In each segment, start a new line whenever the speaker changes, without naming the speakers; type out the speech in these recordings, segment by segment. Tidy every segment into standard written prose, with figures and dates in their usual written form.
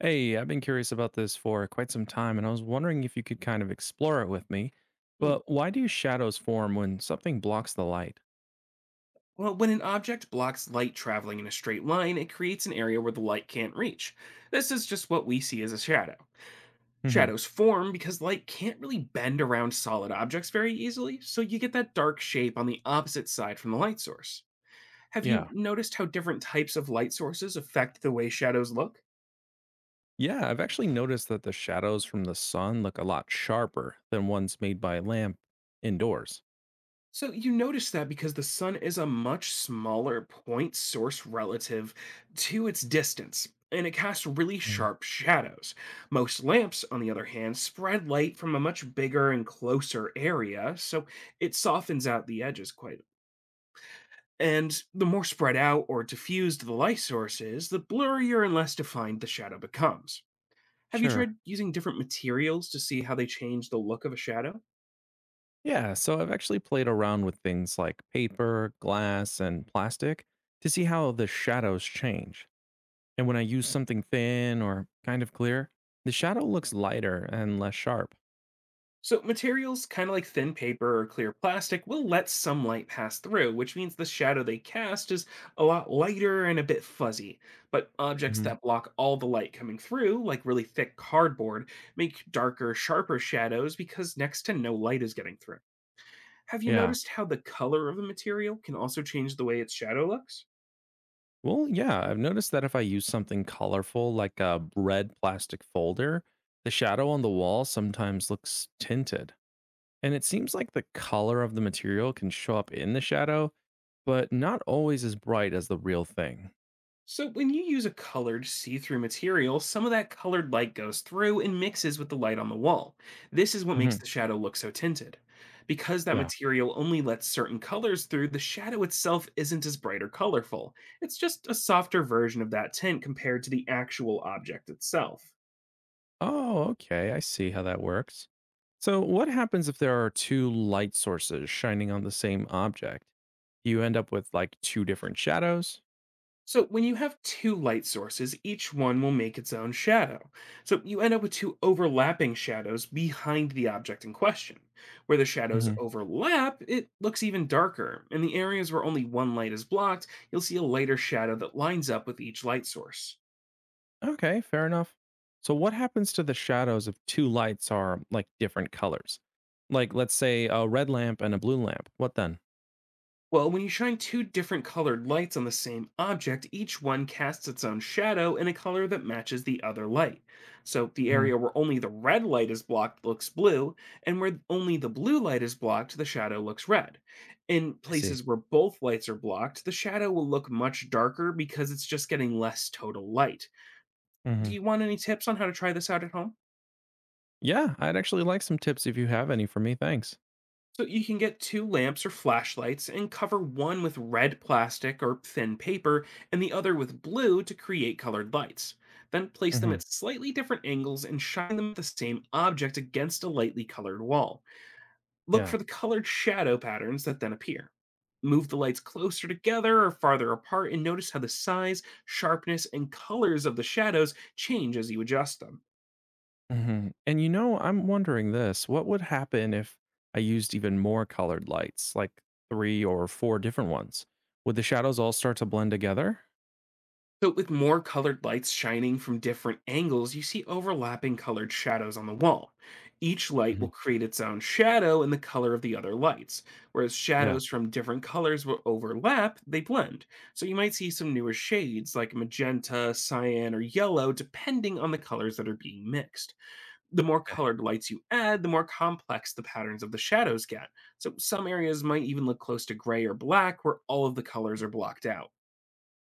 Hey, I've been curious about this for quite some time, and I was wondering if you could kind of explore it with me.
Hmm.
But why do shadows form when something blocks the light?
Well, when an object blocks light traveling in a straight line, it creates an area where the light can't reach. This is just what we see as a shadow.
Hmm.
Shadows form because light can't really bend around solid objects very easily, so you get that dark shape on the opposite side from the light source. Have you
Yeah.
noticed how different types of light sources affect the way shadows look?
Yeah, I've actually noticed that the shadows from the sun look a lot sharper than ones made by a lamp indoors.
So you notice that because the sun is a much smaller point source relative to its distance, and it casts really
Mm.
sharp shadows. Most lamps, on the other hand, spread light from a much bigger and closer area, so it softens out the edges quite. And the more spread out or diffused the light source is, the blurrier and less defined the shadow becomes. Have you
Sure.
tried using different materials to see how they change the look of a shadow?
Yeah, so I've actually played around with things like paper, glass, and plastic to see how the shadows change. And when I use something thin or kind of clear, the shadow looks lighter and less sharp.
So, materials kind of like thin paper or clear plastic will let some light pass through, which means the shadow they cast is a lot lighter and a bit fuzzy. But objects that block all the light coming through, like really thick cardboard, make darker, sharper shadows because next to no light is getting through. Have you
Yeah.
noticed how the color of a material can also change the way its shadow looks?
Well, yeah, I've noticed that if I use something colorful like a red plastic folder, the shadow on the wall sometimes looks tinted. And it seems like the color of the material can show up in the shadow, but not always as bright as the real thing.
So, when you use a colored see through material, some of that colored light goes through and mixes with the light on the wall. This is what makes
Hmm.
the shadow look so tinted. Because that
Yeah.
material only lets certain colors through, the shadow itself isn't as bright or colorful. It's just a softer version of that tint compared to the actual object itself.
Oh, okay. I see how that works. So, what happens if there are two light sources shining on the same object? Do you end up with like two different shadows?
So, when you have two light sources, each one will make its own shadow. So, you end up with two overlapping shadows behind the object in question. Where the shadows overlap, it looks even darker. In the areas where only one light is blocked, you'll see a lighter shadow that lines up with each light source.
Okay, fair enough. So what happens to the shadows if two lights are like different colors? Like let's say a red lamp and a blue lamp. What then?
Well, when you shine two different colored lights on the same object, each one casts its own shadow in a color that matches the other light. So the
Hmm.
area where only the red light is blocked looks blue, and where only the blue light is blocked, the shadow looks red. In
I see.
places where both lights are blocked, the shadow will look much darker because it's just getting less total light. Do
Hmm.
you want any tips on how to try this out at home?
Yeah, I'd actually like some tips if you have any for me. Thanks.
So you can get two lamps or flashlights and cover one with red plastic or thin paper and the other with blue to create colored lights. Then place them
Hmm.
at slightly different angles and shine them at the same object against a lightly colored wall. Look for
Yeah.
the colored shadow patterns that then appear. Move the lights closer together or farther apart and notice how the size, sharpness, and colors of the shadows change as you adjust them.
Hmm. And you know, I'm wondering this: what would happen if I used even more colored lights, like three or four different ones? Would the shadows all start to blend together?
So, with more colored lights shining from different angles, you see overlapping colored shadows on the wall. Each light will
Hmm.
create its own shadow in the color of the other lights, whereas
Yeah.
shadows from different colors will overlap, they blend. So, you might see some newer shades like magenta, cyan, or yellow, depending on the colors that are being mixed. The more
Okay.
colored lights you add, the more complex the patterns of the shadows get. So, some areas might even look close to gray or black, where all of the colors are blocked out.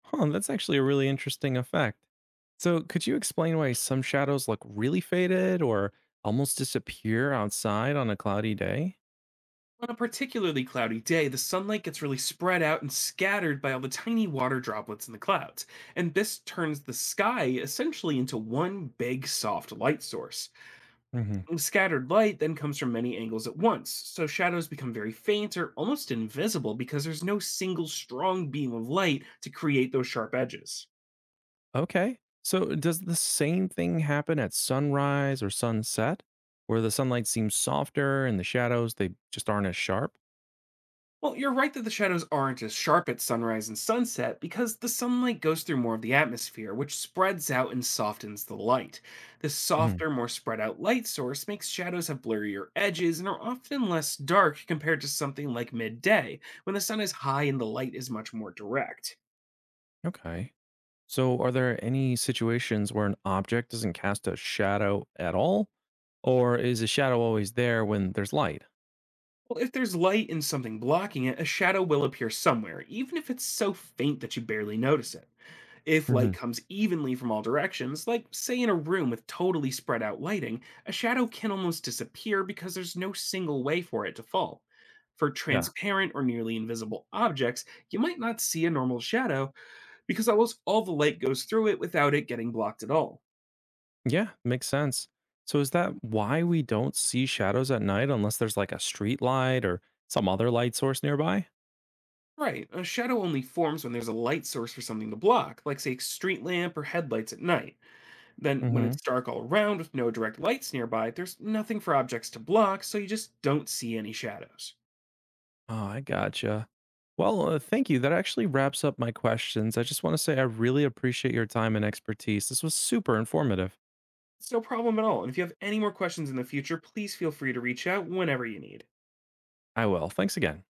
Huh, that's actually a really interesting effect. So, could you explain why some shadows look really faded or almost disappear outside on a cloudy day?
On a particularly cloudy day, the sunlight gets really spread out and scattered by all the tiny water droplets in the clouds, and this turns the sky essentially into one big soft light source.
Hmm.
And scattered light then comes from many angles at once, so shadows become very faint or almost invisible because there's no single strong beam of light to create those sharp edges.
Okay. So, does the same thing happen at sunrise or sunset, where the sunlight seems softer and the shadows they just aren't as sharp?
Well, you're right that the shadows aren't as sharp at sunrise and sunset because the sunlight goes through more of the atmosphere, which spreads out and softens the light. This
Hmm.
softer, more spread out light source makes shadows have blurrier edges and are often less dark compared to something like midday, when the sun is high and the light is much more direct.
Okay. So, are there any situations where an object doesn't cast a shadow at all, or is a shadow always there when there's light?
Well, if there's light and something blocking it, a shadow will appear somewhere, even if it's so faint that you barely notice it. If
Hmm.
light comes evenly from all directions, like say in a room with totally spread out lighting, a shadow can almost disappear because there's no single way for it to fall. For
Yeah.
transparent or nearly invisible objects, you might not see a normal shadow because almost all the light goes through it without it getting blocked at all.
Yeah, makes sense. So is that why we don't see shadows at night unless there's like a street light or some other light source nearby?
Right, a shadow only forms when there's a light source for something to block, like say a street lamp or headlights at night. Then, when
Hmm.
it's dark all around with no direct lights nearby, there's nothing for objects to block, so you just don't see any shadows.
Oh, I gotcha. Well, thank you. That actually wraps up my questions. I just want to say I really appreciate your time and expertise. This was super informative.
It's no problem at all, and if you have any more questions in the future, please feel free to reach out whenever you need.
I will. Thanks again.